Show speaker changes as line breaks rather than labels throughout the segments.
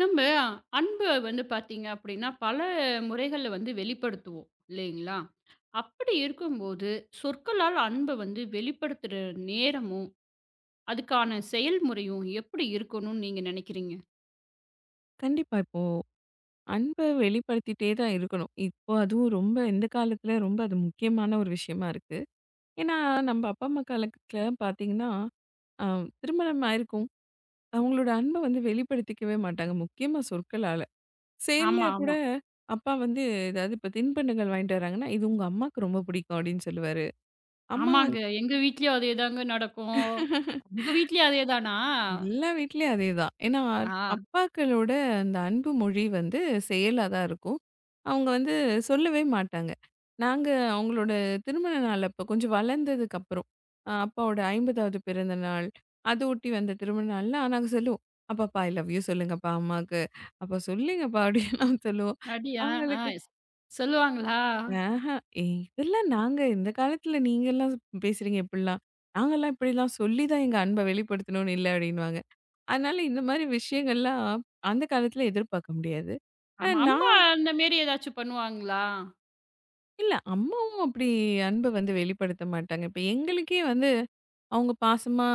நம்ம அன்ப வந்து பார்த்தீங்க அப்படின்னா, பல முறைகள்ல வந்து வெளிப்படுத்துவோம் இல்லைங்களா? அப்படி இருக்கும்போது, சொற்களால் அன்ப வந்து வெளிப்படுத்துற நேரமும், அதுக்கான செயல்முறையும் எப்படி இருக்கணும்னு நீங்க நினைக்கிறீங்க?
கண்டிப்பா. இப்போ அன்ப வெளிப்படுத்திட்டே தான் இருக்கணும். இப்போ அதுவும் ரொம்ப இந்த காலத்துல ரொம்ப அது முக்கியமான ஒரு விஷயமா இருக்கு. ஏன்னா, நம்ம அப்பா, அம்மா காலத்துல பார்த்தீங்கன்னா, அ திருமணம் ஆயிருக்கும். அவங்களோட அன்ப வந்து வெளிப்படுத்திக்கவே மாட்டாங்க. முக்கியமா சொற்களால. செயல்ல
ஆமா,
கூட
ஆமா.
அப்பா வந்து ஏதாவது இப்ப தின்பண்டங்கள் வாங்கிட்டு வராங்கன்னா, "இது உங்க அம்மாக்கு ரொம்ப பிடிக்கும்" அப்படின்னு சொல்லுவாரு. அம்மா
ஆமாங்க. எங்க வீட்லயும் அதேதாங்க நடக்கும்.
வந்து
உங்க வீட்லயும் அதேதானா?
எல்லா வீட்லயும் அதேதான். ஏன்னா,
ஆ,
அப்பாக்களோட அந்த அன்பு மொழி வந்து செயலா தான் இருக்கும். அவங்க வந்து சொல்லவே மாட்டாங்க. நாங்க அவங்களோட திருமண நாள் அப்ப கொஞ்சம் வளர்ந்ததுக்கு அப்புறம், அப்பாவோட 50வது பிறந்த நாள், அது ஒட்டி வந்த திருமண நாள்லாம் நாங்க சொல்லுவோம். "அப்பாப்பா ஐ லவ் யூ சொல்லுங்கப்பா அம்மாக்கு. அப்பா சொல்லுங்கப்பா" அப்படின்னு நாங்க சொல்லுவோம்.
அப்படியா? ஆ
அவங்களுக்கு
ஸ் சொல்லுவாங்களா?
ஆஹா ஏய், இதெல்லாம் நாங்க இந்த காலத்துல நீங்கலாம் பேசுறீங்க இப்படிலாம். நாங்கலாம் இப்படிலாம் சொல்லி தான் எங்க அன்ப வெளிப்படுத்தணும்னு இல்ல அப்படின்னுவாங்க. அதனால இந்த மாரி விஷயங்கள்லாம் அந்த காலத்துல எதிர்பார்க்க முடியாது. ஆனா
ஆமா. அம்மா
நான்
அந்த மாரி ஏதாச்சும் பண்ணுவாங்களா?
இல்ல. அம்மாவும் அப்படி அன்ப வந்து வெளிப்படுத்த மாட்டாங்க. இப்ப எங்களுக்கே வந்து அவங்க பாசமா,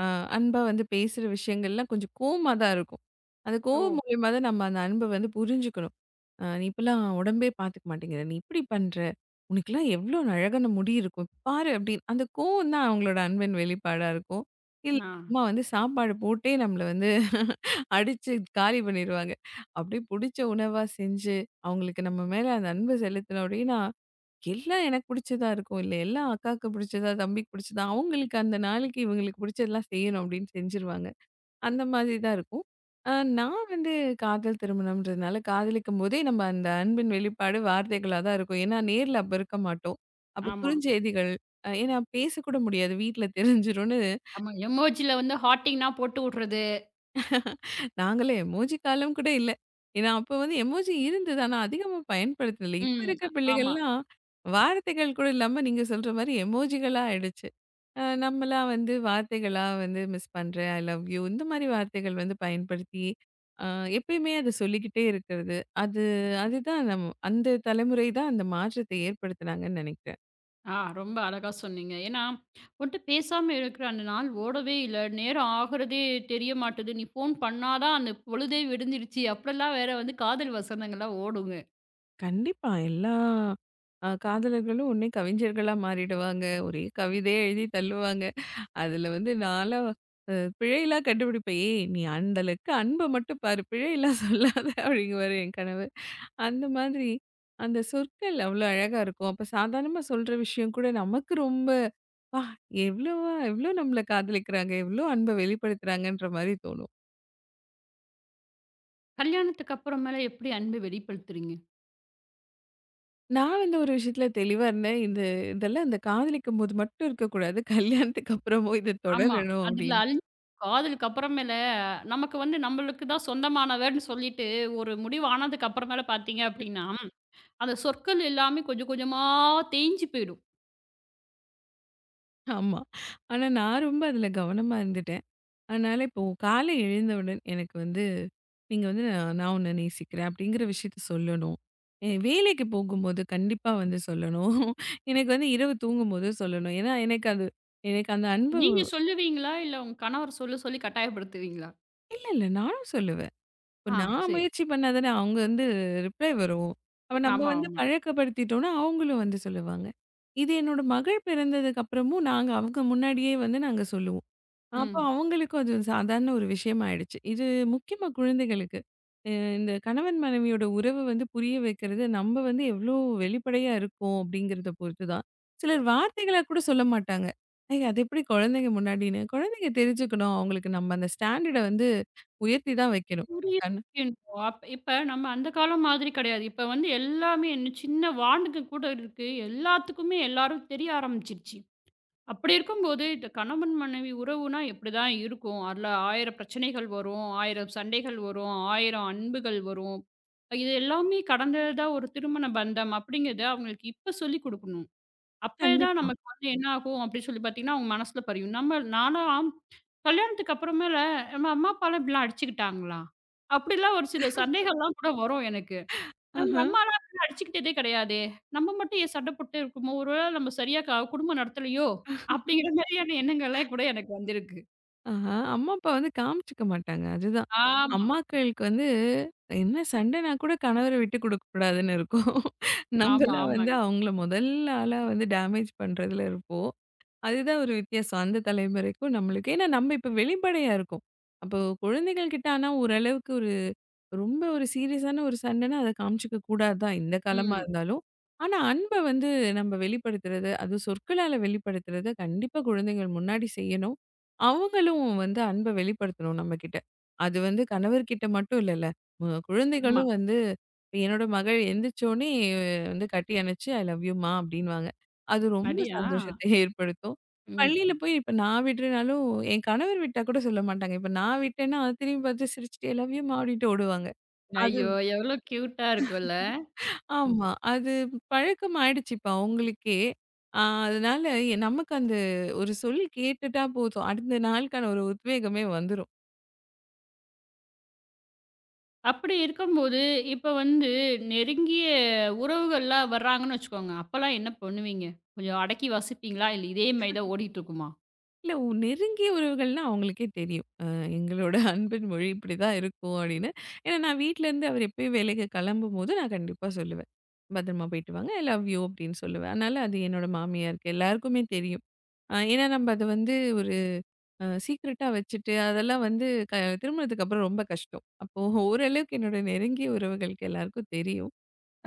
அ அன்பா வந்து பேசுற விஷயங்கள்லாம் கொஞ்சம் கோவமா தான் இருக்கும். அந்த
ஓ!
கோவம் மூலியமா தான் நம்ம அந்த அன்ப வந்து புரிஞ்சுக்கணும். "நீ இப்பலாம் உடம்பே பார்த்துக்க மாட்டேங்கிற. நீ இப்படி பண்ற. உனக்கெல்லாம் எவ்ளோ அழகான முடி இருக்கும். பாரு" அப்படின்னு. அந்த கோவம் தான் அவங்களோட அன்பின் வெளிப்பாடா இருக்கும். இல்ல
ஆ.
அம்மா வந்து சாப்பாடு போட்டே நம்மள வந்து அடிச்சு காலி பண்ணிருவாங்க. அப்படியே புடிச்ச உணவா செஞ்சு, அவங்களுக்கு நம்ம மேல அந்த அன்பு செலுத்தினோம் அப்படின்னா எல்லாம் எனக்கு பிடிச்சதா இருக்கும். இல்ல எல்லாம் அக்காக்கு பிடிச்சதா, தம்பிக்கு பிடிச்சதா, அவங்களுக்கு அந்த நாளைக்கு இவங்களுக்கு பிடிச்சதெல்லாம் செய்யணும் அப்படின்னு செஞ்சுருவாங்க. அந்த மாதிரி தான் இருக்கும். அ நான் வந்து காதல் திருமணம்ன்றதுனால காதலிக்கும்போதே நம்ம அந்த அன்பின் வெளிப்பாடு வார்த்தைகளா தான் இருக்கும். ஏன்னா நேர்ல அப்ப இருக்க மாட்டோம். அப்ப
ஆமா.
குறுஞ்செய்திகள், ஏன்னா பேசக்கூட முடியாது. வீட்ல தெரிஞ்சிரும்னு
ஆமா. எமோஜில வந்து ஹார்ட்டிங்னா போட்டு விடுறது.
நாங்கலாம் எமோஜி காலம் கூட இல்ல. ஏன்னா அப்ப வந்து எமோஜி இருந்தது. ஆனா அதிகமா பயன்படுத்தல. இப்ப
ம்.
இருக்க
ஆமா.
பிள்ளைகள்லாம் வார்த்தைகள் கூட இல்லாம நீங்க சொல்ற மாரி எமோஜிகளா ஆயிடுச்சு. நம்மலாம் வந்து வார்த்தைகளா வந்து மிஸ் பண்றேன், ஐ லவ் யூ இந்த மாரி வார்த்தைகள் வந்து பயன்படுத்தி, அ எப்பயுமே அத சொல்லிக்கிட்டே இருக்கிறது. அது அதுதான் நம் அந்த தலைமுறை தான் அந்த மாற்றத்தை ஏற்படுத்துனாங்கன்னு நினைக்கிறேன்.
ஆ, ரொம்ப அழகா சொன்னீங்க. ஏன்னா, உன்ட்ட பேசாம இருக்கிற அந்த நாள் ஓடவே இல்ல. நேரம் ஆகுறதே தெரிய மாட்டுது. நீ ஃபோன் பண்ணா தான் அந்த பொழுதே விடிஞ்சிருச்சு. அப்படிலாம் வேற வந்து காதல் வசனங்கள்லாம் ஓடுங்க.
கண்டிப்பா. எல்லா காதலர்களும் உடனே கவிஞர்களா மாறிடுவாங்க. ஒரே கவிதையா எழுதி தள்ளுவாங்க. அதுல வந்து நான்லாம் அ பிழையெல்லாம் கண்டுபிடிப்பேன். "ஏய்! நீ அந்த அளவுக்கு அன்ப மட்டும் பாரு. பிழையெல்லாம் சொல்லாத" அப்படிங்குவாரு என் கணவர். அந்த மாதிரி அந்த சொற்கள் அவ்வளோ அழகா இருக்கும். அப்ப சாதாரணமா சொல்ற விஷயம் கூட நமக்கு ரொம்ப "பா! எவ்வளவா எவ்வளோ நம்மள காதலிக்கிறாங்க, எவ்வளோ அன்ப வெளிப்படுத்துறாங்கன்ற" மாரி தோணும்.
கல்யாணத்துக்கு அப்புறமேல எப்படி அன்பு வெளிப்படுத்துறீங்க?
நான் வந்து ஒரு விஷயத்துல தெளிவா இருந்தேன். இதெல்லாம் இந்த காதலிக்கும்போது மட்டும் இருக்கக்கூடாது. கல்யாணத்துக்கு அப்புறமும் இது
ஆமா.
தொடரணும்
அதுல
அப்டின்ட்டு.
அல் காதலுக்கு அப்புறமேல நமக்கு வந்து நம்மளுக்கு தான் சொந்தமானவர்ன்னு சொல்லிட்டு ஒரு முடிவு ஆனதுக்கு அப்புறமேல பார்த்தீங்க அப்படின்னா, அந்த சொற்கள் எல்லாமே கொஞ்சம் கொஞ்சமா தேய்ஞ்சு போயிடும்.
ஆமா. ஆனா நான் ரொம்ப அதுல கவனமா இருந்துட்டேன். அதனால இப்போ காலை எழுந்தவுடன் எனக்கு வந்து, "நீங்க வந்து நான் உன்ன நேசிக்கிறேன்" அப்டிங்கிற விஷயத்த சொல்லணும். என் வேலைக்கு போகும்போது கண்டிப்பா வந்து சொல்லணும். எனக்கு வந்து இரவு தூங்கும்போது சொல்லணும். ஏன்னா எனக்கு அது எனக்கு அந்த அன்பு
நீங்க சொல்லுவீங்களா? இல்ல உங்க கணவர் சொல்ல சொல்லி கட்டாயப்படுத்துவீங்களா?
இல்ல, நானும் சொல்லுவேன். இப்ப
ஆ,
நான்
சரி.
முயற்சி பண்ணா தானே அவங்க வந்து ரிப்ளை வரும். அப்ப நம்ம
ஆமா,
வந்து
ஆமா.
பழக்கப்படுத்திட்டோம்னா, அவங்களும் வந்து சொல்லுவாங்க. இது என்னோட மகள் பிறந்ததுக்கு அப்புறமும் நாங்க அவங்க முன்னாடியே வந்து நாங்க சொல்லுவோம். அப்ப
ம்.
அவங்களுக்கும் அது சாதாரண ஒரு விஷயம் ஆயிடுச்சு. இது முக்கியமா குழந்தைகளுக்கு. அ இந்த கணவன் மனைவியோட உறவு வந்து புரிய வைக்கிறது நம்ம வந்து எவ்ளோ வெளிப்படையா இருக்கோம் அப்படிங்கிறத பொறுத்து தான். சிலர் வார்த்தைகளா கூட சொல்ல மாட்டாங்க. "ஐய அது எப்படி குழந்தைங்க முன்னாடின்னு?" குழந்தைங்க தெரிஞ்சுக்கணும். அவங்களுக்கு நம்ம அந்த ஸ்டாண்டர்ட வந்து உயர்த்தி தான் வைக்கணும்.
புரிய
கண்
வைக்கணும். இப்ப நம்ம அந்த காலம் மாதிரி கிடையாது. இப்ப வந்து எல்லாமே என்ன சின்ன வார்னுக்கு கூட இருக்கு. எல்லாத்துக்குமே எல்லாரும் தெரிய ஆரம்பிச்சிருச்சு. அப்படி இருக்கும்போது, இந்த கணவன் மனைவி உறவுனா இப்படிதான் இருக்கும். அதுல 1000 பிரச்சனைகள் வரும், 1000 சண்டைகள் வரும், 1000 அன்புகள் வரும். இது எல்லாமே கடந்தது தான் ஒரு திருமண பந்தம் அப்படிங்கிறத அவங்களுக்கு இப்ப சொல்லிக் குடுக்கணும். அப்ப தான்
கண்டிப்பா.
நமக்கு வந்து என்ன ஆகும் அப்படின்னு சொல்லி பார்த்தீங்கன்னா, அவங்க மனசுல பதியும். நம்ம நான்லாம் கல்யாணத்துக்கு அப்புறமேல நம்ம அம்மா அப்பாலாம் இப்படிலாம் அடிச்சுக்கிட்டாங்களா? அப்படிலாம் ஒரு சில சந்தேகம்லாம் கூட வரும் எனக்கு. நம்ம
ஆஹா,
அம்மாலாம் அப்படிலாம் அடிச்சுக்கிட்டதே கிடையாதே. நம்ம மட்டும் ஏன் சண்டை போட்டுட்டே இருக்கோமோ? ஒரு வேளை நம்ம சரியா குடும்பம் நடத்தலையோ? அப்படிங்கிற மாதிரியான எண்ணங்கள்லாம் கூட எனக்கு வந்திருக்கு.
ஆஹா. அம்மா, அப்பா வந்து காமிச்சுக்க மாட்டாங்க. அதுதான்.
ஆமா,
அம்மாக்களுக்கு வந்து என்ன சண்டைனா கூட கணவர விட்டு குடுக்க கூடாதுன்னு இருக்கும்.
ஆமா,
நம்மலாம் வந்து
ஆமாங்க.
அவங்கள முதல் ஆளா வந்து டேமேஜ் பண்றதுல இருப்போம். அதுதான் ஒரு வித்தியாசம். அந்த தலைமுறைக்கும் நம்மளுக்கும். ஏன்னா நம்ம இப்ப வெளிப்படையா இருக்கோம். அப்போ குழந்தைகள் கிட்ட ஆனா ஓரளவுக்கு ஒரு ரொம்ப ஒரு சீரியஸான ஒரு சண்டைன்னா அத காமிச்சுக்க கூடாது தான், இந்த காலமா
ம்.
இருந்தாலும். ஆனா அன்ப வந்து நம்ம வெளிப்படுத்துறது, அது சொற்களால வெளிப்படுத்துறது கண்டிப்பா குழந்தைகள் முன்னாடி செய்யணும். அவங்களும் வந்து அன்ப வெளிப்படுத்தணும் நம்மகிட்ட. அது வந்து கணவர்கிட்ட மட்டும் இல்லல்ல. மு ம்.
ஆமா.
குழந்தைகளும் வந்து இப்ப என்னோட மகள் எந்திரிச்சோனே வந்து கட்டி அணைச்சு "ஐ லவ் யூ மா" அப்படின்னுவாங்க. அது ரொம்ப
நடியா?
சந்தோஷத்தை ஏற்படுத்தும். பள்ளியில
ம்.
போய் இப்ப நான் விடுறேனாலும், என் கணவர் விட்டா கூட சொல்ல மாட்டாங்க. இப்ப நான் விட்டேன்னா, அது திரும்பி பார்த்து சிரிச்சுட்டு, ஐ லவ் யூ மா அப்படின்ட்டு ஓடுவாங்க. அது
ஐயோ! எவ்வளோ கியூட்டா இருக்கும்ல.
ஆமா. அது பழக்கமாயிடுச்சு இப்ப அவங்களுக்கே. அ அதனால நமக்கு அந்த ஒரு சொல் கேட்டுட்டா போதும். அடுத்த நாளுக்கான ஒரு உத்வேகமே வந்துரும்.
அப்படி இருக்கும்போது, இப்ப வந்து நெருங்கிய உறவுகள்லாம் வர்றாங்கன்னு வச்சுக்கோங்க. அப்பலாம் என்ன பண்ணுவீங்க? கொஞ்சம் அடக்கி வாசிப்பீங்களா? இல்ல இதே மாரி தான் ஓடிட்டுருக்குமா?
இல்ல நெருங்கிய உறவுகள்னா அவங்களுக்கே தெரியும். எங்களோட அன்பின் மொழி இப்படிதான் இருக்கும் அப்படின்னு. ஏன்னா நான் வீட்லருந்து அவர் எப்பயும் வேலைக்கு கிளம்பும்போது நான் கண்டிப்பா சொல்லுவேன். பத்திரமா போயிட்டு வாங்க. ஐ லவ் யூ அப்படின்னு சொல்லுவேன். அதனால அது என்னோட மாமியாருக்கு எல்லாருக்குமே தெரியும். ஏன்னா நம்ம அத வந்து ஒரு சீக்ரெட்டா வச்சுட்டு, அதெல்லாம் வந்து க திருமணத்துக்கு அப்புறம் ரொம்ப கஷ்டம். அப்போ ஓரளவுக்கு என்னோட நெருங்கிய உறவுகளுக்கு எல்லாருக்கும் தெரியும்.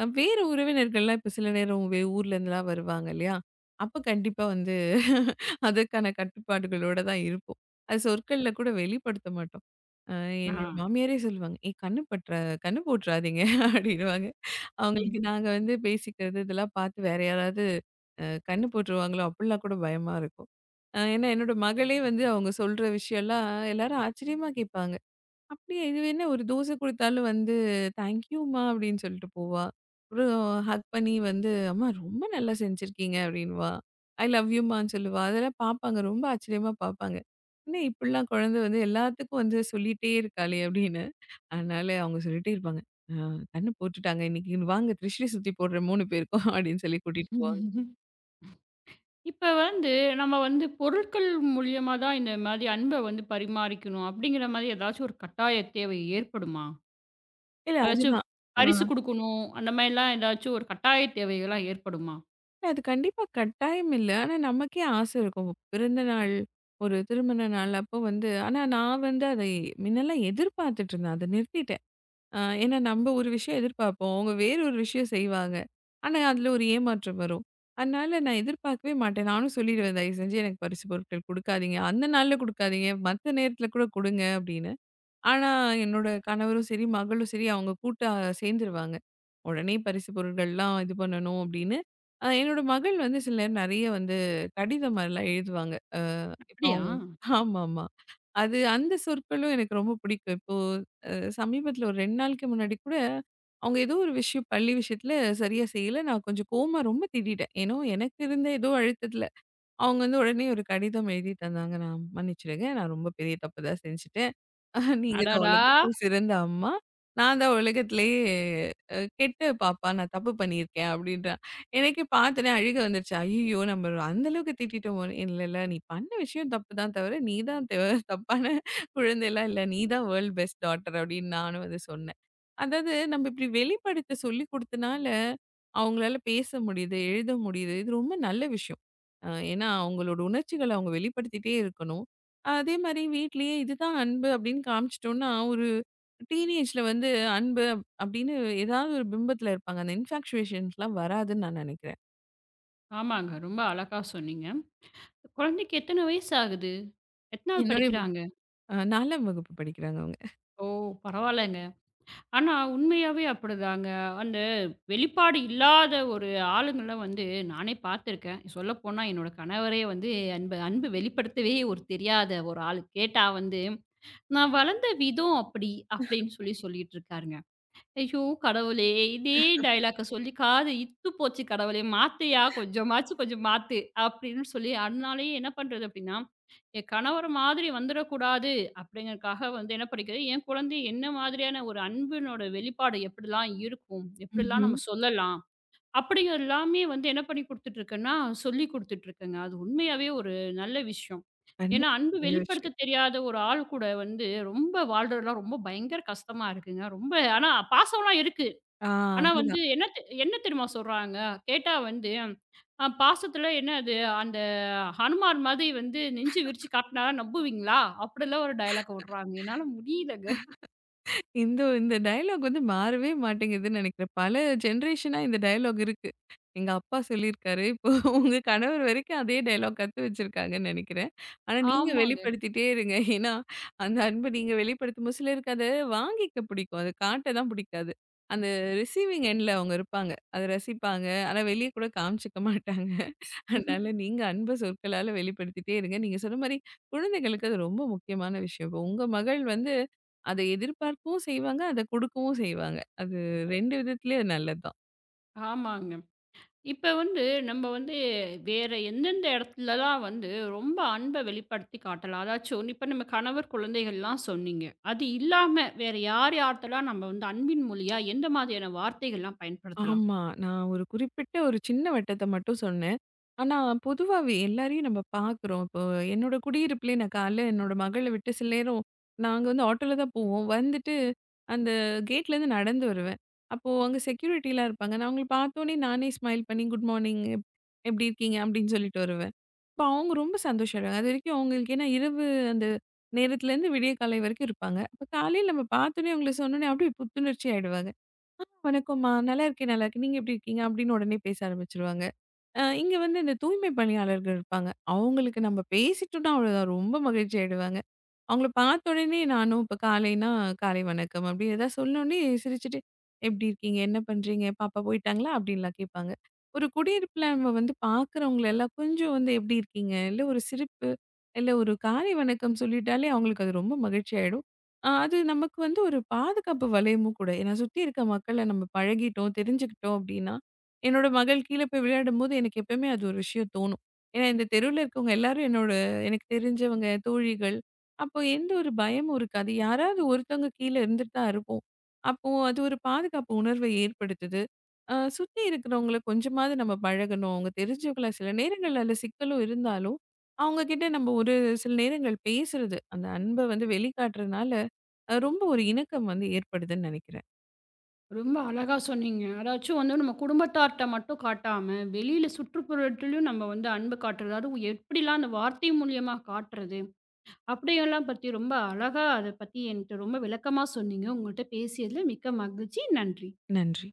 வேற உறவினர்கள்லாம் இப்ப சில நேரம் ஊர்ல இருந்துலாம் வருவாங்க இல்லையா? அப்ப கண்டிப்பா வந்து அதற்கான கட்டுப்பாடுகளோட தான் இருப்போம். அது சொற்கள்ல கூட வெளிப்படுத்த மாட்டோம். அ
ஆ.
என்னோட மாமியாரே சொல்லுவாங்க, "ஏய் கண்ணு பட்ற கண்ணு போட்றாதீங்க" அப்படின்னுவாங்க. அவங்களுக்கு
ம்.
நாங்க வந்து பேசிக்கிறது இதெல்லாம் பார்த்து வேற யாராவது கண்ணு போட்டுருவாங்களோ அப்படிலாம் கூட பயமா இருக்கும். ஏன்னா என்னோட மகளே வந்து அவங்க சொல்ற விஷயம்லாம் எல்லாரும் ஆச்சரியமா கேட்பாங்க. அப்படியா? இது என்ன ஒரு தோசை குடுத்தாலும் வந்து, தேங்க்யூம்மா அப்படின்னு சொல்லிட்டு போவா. ஒரு ஹக் பண்ணி வந்து, "அம்மா ரொம்ப நல்லா செஞ்சிருக்கீங்க" அப்படின்னுவா. ஐ லவ் யூம்மான்னு சொல்லுவா. அதெல்லாம் பார்ப்பாங்க. ரொம்ப ஆச்சரியமா பார்ப்பாங்க. என்ன இப்படிலாம் குழந்தை வந்து எல்லாத்துக்கும் வந்து சொல்லிட்டே இருக்காளே அப்படின்னு. அதனால அவங்க சொல்லிட்டே இருப்பாங்க. "ஆ கண்ணு போட்டுட்டாங்க இன்னைக்கு. வாங்க திருஷ்டி சுத்தி போடுறோம் 3 பேருக்கும்" அப்படின்னு சொல்லி கூட்டிட்டு போவாங்க.
இப்ப வந்து நம்ம வந்து பொருட்கள் மூலியமா தான் இந்த மாரி அன்ப வந்து பரிமாறிக்கணும். அப்படிங்கிற மாரி ஏதாச்சும் ஒரு கட்டாய தேவை ஏற்படுமா?
இல்ல
ஏதாச்சும்
அதுதான். ஆ.
பரிசு குடுக்கணும். அந்த மாரிலாம் ஏதாச்சும் ஒரு கட்டாய தேவைகள்லாம் ஏற்படுமா?
அது கண்டிப்பா கட்டாயம் இல்ல. ஆனா நமக்கே ஆசை இருக்கும். பிறந்தநாள், ஒரு திருமண நாள் அப்போ வந்து ஆனா நான் வந்து அதை முன்னெல்லாம் எதிர்பார்த்துட்டு இருந்தேன். அதை நிறுத்திட்டேன். ஏன்னா நம்ப ஒரு விஷயம் எதிர்பார்ப்போம். அவங்க வேற ஒரு விஷயம் செய்வாங்க. ஆனா அதில ஒரு ஏமாற்றம் வரும். அதனால நான் எதிர்பார்க்கவே மாட்டேன். நானும் சொல்லிடுவேன், "தயவு செஞ்சு எனக்கு பரிசு பொருட்கள் குடுக்காதீங்க. அந்த நாள்ல குடுக்காதீங்க. மத்த நேரத்தில கூட குடுங்க" அப்படின்னு. ஆனா, என்னோட கணவரும் சரி, மகளும் சரி அவங்க கூட்டா சேர்ந்துருவாங்க. உடனே பரிசு பொருட்கள்லாம் இது பண்ணணும் அப்படின்னு. என்னோட மகள் வந்து சில நேரம் நெறைய வந்து கடிதம் மாரிலாம் எழுதுவாங்க. இப்ப
அப்படியா?
அவங்க ஆமாமா. அது அந்த சொற்களும் எனக்கு ரொம்ப பிடிக்கும். இப்போ அ சமீபத்தில ஒரு 2 நாளைக்கு முன்னாடி கூட, அவங்க ஏதோ ஒரு விஷயம் பள்ளி விஷயத்தில சரியா செய்யல. நான் கொஞ்சம் கோவமா ரொம்ப திட்டிட்டேன். ஏனோ எனக்கு இருந்த ஏதோ அழுத்தத்தில. அவங்க வந்து உடனே ஒரு கடிதம் எழுதி தந்தாங்க. நான் மன்னிச்சிடுங்க. நான் ரொம்ப பெரிய தப்பு தான் செஞ்சுட்டேன். நீங்க தான்
அடடா!
உலகத்திலே சிறந்த அம்மா. நான் தான் உலகத்திலேயே கெட்ட பாப்பா. நான் தப்பு பண்ணியிருக்கேன் அப்டின்றா. எனக்கே பார்த்தோனே அழுகை வந்துருச்சு. ஐய்யய்யோ! நம்ம அந்த அளவுக்கு திட்டிட்டோமோன்னு. இல்ல, இல்ல நீ பண்ண விஷயம் தப்பு தான் தவிர, நீ தான் தப்பான குழந்தைலாம் இல்ல. நீ தான் வேர்ல்ட் பெஸ்ட் டாட்டர் அப்டின்னு நானும் வந்து சொன்னேன். அதாவது நம்ம இப்டி வெளிப்படுத்த சொல்லிக் குடுத்தனால, அவங்களால பேச முடியுது, எழுத முடியுது. இது ரொம்ப நல்ல விஷயம். அ ஏன்னா அவங்களோட உணர்ச்சிகள அவங்க வெளிப்படுத்திட்டே இருக்கணும். அதே மாரி வீட்லயே இதுதான் அன்பு அப்படின்னு காமிச்சிட்டோம்னா, ஒரு டீனேஜ்ல வந்து அன்பு அப்படின்னு ஏதாவது ஒரு பிம்பத்துல இருப்பாங்க. அந்த இன்ஃபாக்சுவேஷன்ஸ்லாம் வராதுன்னு நான் நெனைக்கிறேன்.
ஆமாங்க. ரொம்ப அழகா சொன்னீங்க. குழந்தைக்கு எத்தன வயசு ஆகுது? எத்தனாவது
என்னுடைய
படிக்கிறாங்க?
4ஆம் வகுப்பு படிக்கிறாங்க அவங்க.
ஓ! பரவாயில்லங்க. ஆனா உண்மையாவே அப்படிதாங்க. அந்த வெளிப்பாடு இல்லாத ஒரு ஆளுங்கள வந்து நானே பார்த்துருக்கேன். சொல்லப்போனா என்னோட கணவரே வந்து அன்பு அன்பு வெளிப்படுத்தவே ஒரு தெரியாத ஒரு ஆளு. கேட்டா வந்து, "நான் வளர்ந்த விதம் அப்படி" அப்படின்னு சொல்லி சொல்லிட்டு இருக்காருங்க. ஐயோ! கடவுளே! இதே டயலாக்க சொல்லி காது இத்து போச்சு கடவுளே! மாத்துயா கொஞ்சமாச்சு கொஞ்சம் மாத்து. அப்படின்னு சொல்லி அதனாலேயே என்ன பண்றது அப்படின்னா, என் கணவர் மாதிரி வந்துடக்கூடாது அப்படிங்கிறதுக்காக வந்து என்ன பண்ணிக்கிறது, என் குழந்தை என்ன மாதிரியான ஒரு அன்பினோட வெளிப்பாடு எப்படிலாம் இருக்கும், எப்படிலாம்
ம்ஹ்ம்.
நம்ம சொல்லலாம். அப்படி எல்லாமே வந்து என்ன பண்ணி குடுத்துட்டுருக்கேன்னா, சொல்லிக் குடுத்துட்டுருக்கேங்க. அது உண்மையாவே ஒரு நல்ல விஷயம். ஏன்னா,
கண்டிப்பா
அன்பு
நல்ல
வெளிப்படுத்த
விஷயம்.
தெரியாத ஒரு ஆள் கூட வந்து ரொம்ப வாழ்றதுலாம் ரொம்ப பயங்கர கஷ்டமா இருக்குங்க. ரொம்ப ஆனா பாசம்லாம் இருக்கு.
ஆ
ஆனா வந்து
அதுதான்.
என்ன தெரியுமா சொல்றாங்க? கேட்டா வந்து, பாசத்துல என்னது அந்த ஹனுமான் மாதிரி வந்து நெஞ்சு விரிச்சு காட்டுனா நம்புவீங்களா? அப்படிலாம் ஒரு டயலாக் விடுறாங்க. என்னால முடியலங்க.
இந்த இந்த டயலாக் வந்து மாறவே மாட்டேங்குதுன்னு நினைக்கிறேன். பல ஜெனரேஷனா இந்த டயலாக் இருக்கு. எங்க அப்பா சொல்லியிருக்காரு. இப்போ உங்க கணவர் வரைக்கும் அதே டயலாக் கத்து வச்சிருக்காங்கன்னு நினைக்கிறேன். ஆனா நீங்க
ஆமாங்க.
வெளிப்படுத்திட்டே இருங்க. ஏன்னா, அந்த அன்ப நீங்க வெளிப்படுத்தும்போது சிலருக்கு அத வாங்கிக்க பிடிக்கும். அத காட்ட தான் பிடிக்காது. அந்த ரிசீவிங் எண்ட்ல அவங்க இருப்பாங்க. அத ரசிப்பாங்க. ஆனா வெளிய கூட காமிச்சுக்க மாட்டாங்க. அதனால நீங்க அன்ப சொற்களால வெளிப்படுத்திட்டே இருங்க. நீங்க சொன்ன மாரி குழந்தைகளுக்கு அது ரொம்ப முக்கியமான விஷயம். இப்போ உங்க மகள் வந்து அத எதிர்பார்க்கவும் செய்வாங்க. அத கொடுக்கவும் செய்வாங்க. அது 2 விதத்திலயே அது நல்லதுதான்.
ஆமாங்க. இப்ப வந்து நம்ம வந்து வேற எந்தெந்த இடத்துலலாம் வந்து ரொம்ப அன்பை வெளிப்படுத்தி காட்டலாம்? அதாச்சும் இப்ப நம்ம கணவர், குழந்தைகள்லாம் சொன்னீங்க. அது இல்லாம வேற யார் யார்ட்டலாம் நம்ம வந்து அன்பின் மொழியா எந்த மாதிரியான வார்த்தைகள்லாம் பயன்படுத்தலாம்?
ஆமா. நான் ஒரு குறிப்பிட்ட ஒரு சின்ன வட்டத்த மட்டும் சொன்னேன். ஆனா, பொதுவாவே எல்லாரையும் நம்ம பார்க்குறோம். இப்போ என்னோட குடியிருப்புலயே நான் காலைல என்னோட மகள விட்டு சில நேரம் நாங்க வந்து ஆட்டோல தான் போவோம். வந்துட்டு அந்த கேட்லேருந்து நடந்து வருவேன். அப்போ அங்க செக்யூரிட்டிலாம் இருப்பாங்க. நான் அவங்கள பார்த்தோனே நானே ஸ்மைல் பண்ணி குட் மார்னிங் எப்படி இருக்கீங்க? அப்படின்னு சொல்லிட்டு வருவேன். இப்ப அவங்க ரொம்ப சந்தோஷப்படுறாங்க. அதுவரைக்கும் அவங்களுக்கு ஏன்னா இரவு அந்த நேரத்துலேருந்து விடிய காலை வரைக்கும் இருப்பாங்க. அப்ப காலையில நம்ம பார்த்தோனே அவங்கள சொன்னோனே அப்படியே புத்துணர்ச்சி ஆயிடுவாங்க. "ஆ வணக்கம்மா. நல்லா இருக்கேன், நல்லா இருக்கேன். நீங்க எப்படி இருக்கீங்க?" அப்படின்னு உடனே பேச ஆரம்பிச்சுருவாங்க. இங்க வந்து இந்த தூய்மை பணியாளர்கள் இருப்பாங்க. அவங்களுக்கு நம்ம பேசிட்டோம்னா அவ்வளோதான் ரொம்ப மகிழ்ச்சி ஆயிடுவாங்க. அவங்கள பார்த்த உடனே நானும் இப்ப காலைன்னா, "காலை வணக்கம்" அப்படி ஏதாவது சொன்னோனே சிரிச்சுட்டு, "எப்படி இருக்கீங்க? என்ன பண்றீங்க? பாப்பா போயிட்டாங்களா?" அப்படின்லாம் கேட்பாங்க. ஒரு குடியிருப்புல நம்ம வந்து பார்க்குறவங்கள எல்லாம் கொஞ்சம் வந்து எப்படி இருக்கீங்க? இல்ல ஒரு சிரிப்பு, இல்ல ஒரு காலை வணக்கம் சொல்லிட்டாலே அவங்களுக்கு அது ரொம்ப மகிழ்ச்சி ஆயிடும். அது நமக்கு வந்து ஒரு பாதுகாப்பு வளையமும் கூட. ஏன்னா சுத்தி இருக்க மக்கள நம்ம பழகிட்டோம், தெரிஞ்சுக்கிட்டோம் அப்படின்னா, என்னோட மகள் கீழ போய் விளையாடும்போது எனக்கு எப்பவுமே அது ஒரு விஷயம் தோணும். ஏன்னா இந்த தெருவுல இருக்கவங்க எல்லாரும் என்னோட எனக்கு தெரிஞ்சவங்க, தோழிகள் அப்போ எந்த ஒரு பயமும் இருக்காது. யாராவது ஒருத்தவங்க கீழ இருந்துட்டு தான் இருப்போம். அப்போ அது ஒரு பாதுகாப்பு உணர்வை ஏற்படுத்துது. சுத்தி இருக்கிறவங்கள கொஞ்சமாவது நம்ம பழகணும். அவங்க தெரிஞ்சவங்களா சில நேரங்கள்ல அதில சிக்கலும் இருந்தாலும், அவங்க கிட்ட நம்ம ஒரு சில நேரங்கள் பேசுறது, அந்த அன்ப வந்து வெளிக்காட்டுறதுனால, ரொம்ப ஒரு இணக்கம் வந்து ஏற்படுதுன்னு நெனைக்கிறேன்.
ரொம்ப அழகா சொன்னீங்க. அதாச்சும் வந்து நம்ம குடும்பத்தார்ட்ட மட்டும் காட்டாம, வெளியில சுற்றுப்புறத்திலயும் நம்ம வந்து அன்பு காட்டுறது. அதுவும் எப்படிலாம் அந்த வார்த்தை மூலியமா காட்டுறது? அப்படியெல்லாம் பத்தி ரொம்ப அழகா அத பத்தி என்ட்ட ரொம்ப விளக்கமா சொன்னீங்க. உங்கள்ட்ட பேசியதுல மிக்க மகிழ்ச்சி. நன்றி.
நன்றி.